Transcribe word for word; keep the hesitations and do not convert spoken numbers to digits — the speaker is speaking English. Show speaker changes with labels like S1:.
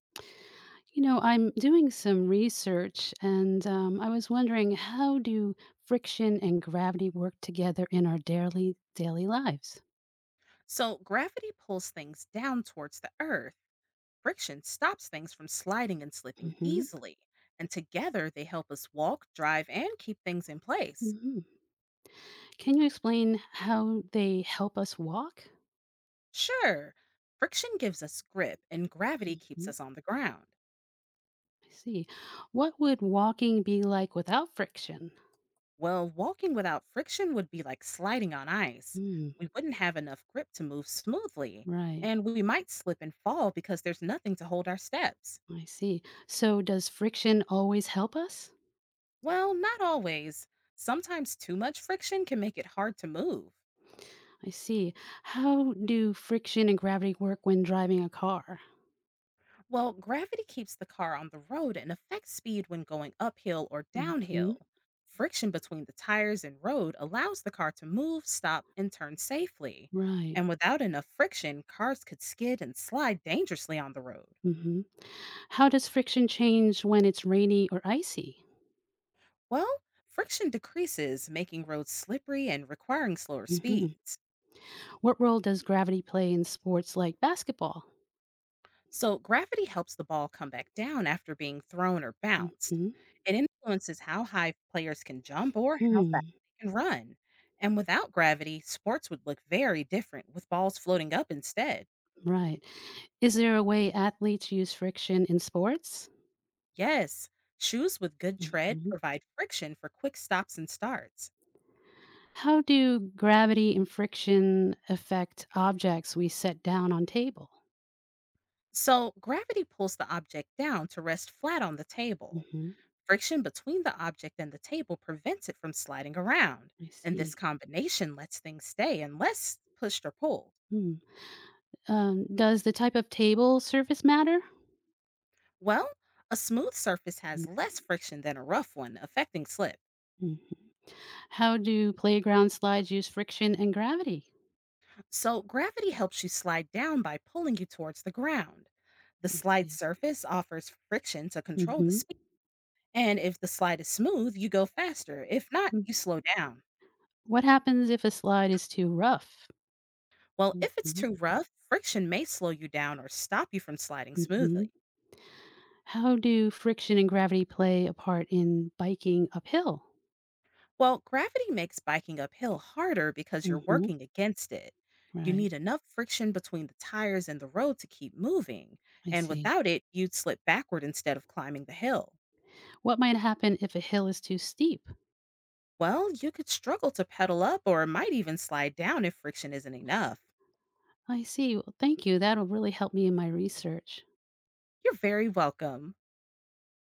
S1: You know, I'm doing some research, and um, I was wondering, how do friction and gravity work together in our daily daily lives?
S2: So, gravity pulls things down towards the Earth. Friction stops things from sliding and slipping
S1: Hmm.
S2: easily. And together, they help us walk, drive, and keep things in place.
S1: Hmm. Can you explain how they help us walk?
S2: Sure, friction gives us grip, and gravity keeps
S1: Hmm.
S2: us on the ground.
S1: I see. What would walking be like without friction?
S2: Well, walking without friction would be like sliding on ice.
S1: Mm,
S2: We wouldn't have enough grip to move smoothly,
S1: right.
S2: and we might slip and fall because there's nothing to hold our steps.
S1: I see. So does friction always help us?
S2: Well, not always. Sometimes too much friction can make it hard to move.
S1: I see. How do friction and gravity work when driving a car?
S2: Well, gravity keeps the car on the road and affects speed when going uphill or
S1: Hmm.
S2: downhill. Friction between the tires and road allows the car to move, stop, and turn safely.
S1: Right.
S2: And without enough friction, cars could skid and slide dangerously on the road.
S1: Mhm. How does friction change when it's rainy or icy?
S2: Well, friction decreases, making roads slippery and requiring slower
S1: Hmm.
S2: speeds.
S1: What role does gravity play in sports like basketball?
S2: So, gravity helps the ball come back down after being thrown or bounced.
S1: Hmm.
S2: It influences how high players can jump or how fast they can run. And without gravity, sports would look very different with balls floating up instead.
S1: Right. Is there a way athletes use friction in sports?
S2: Yes, shoes with good tread
S1: Hmm.
S2: provide friction for quick stops and starts.
S1: How do gravity and friction affect objects we set down on table?
S2: So, gravity pulls the object down to rest flat on the table.
S1: Hmm.
S2: Friction between the object and the table prevents it from sliding around.
S1: I
S2: And this
S1: see.
S2: combination lets things stay unless pushed or pulled.
S1: Hmm. Um, does the type of table surface matter?
S2: Well, a smooth surface has less friction than a rough one, affecting slip.
S1: Mhm. How do playground slides use friction and gravity?
S2: So, gravity helps you slide down by pulling you towards the ground. The
S1: I
S2: slide
S1: see.
S2: surface offers friction to control the
S1: Mhm.
S2: speed. And if the slide is smooth, you go faster. If not,
S1: Mm.
S2: you slow down.
S1: What happens if a slide is too rough?
S2: Well, if it's
S1: Mhm.
S2: too rough, friction may slow you down or stop you from sliding
S1: Mhm.
S2: smoothly.
S1: How do friction and gravity play a part in biking uphill?
S2: Well, gravity makes biking uphill harder because you're
S1: Mhm.
S2: working against it. You
S1: Right.
S2: need enough friction between the tires and the road to keep moving,
S1: I
S2: and
S1: see.
S2: without it, you'd slip backward instead of climbing the hill.
S1: What might happen if a hill is too steep?
S2: Well, you could struggle to pedal up or might even slide down if friction isn't enough.
S1: I see. Well, thank you. That'll really help me in my research.
S2: You're very welcome.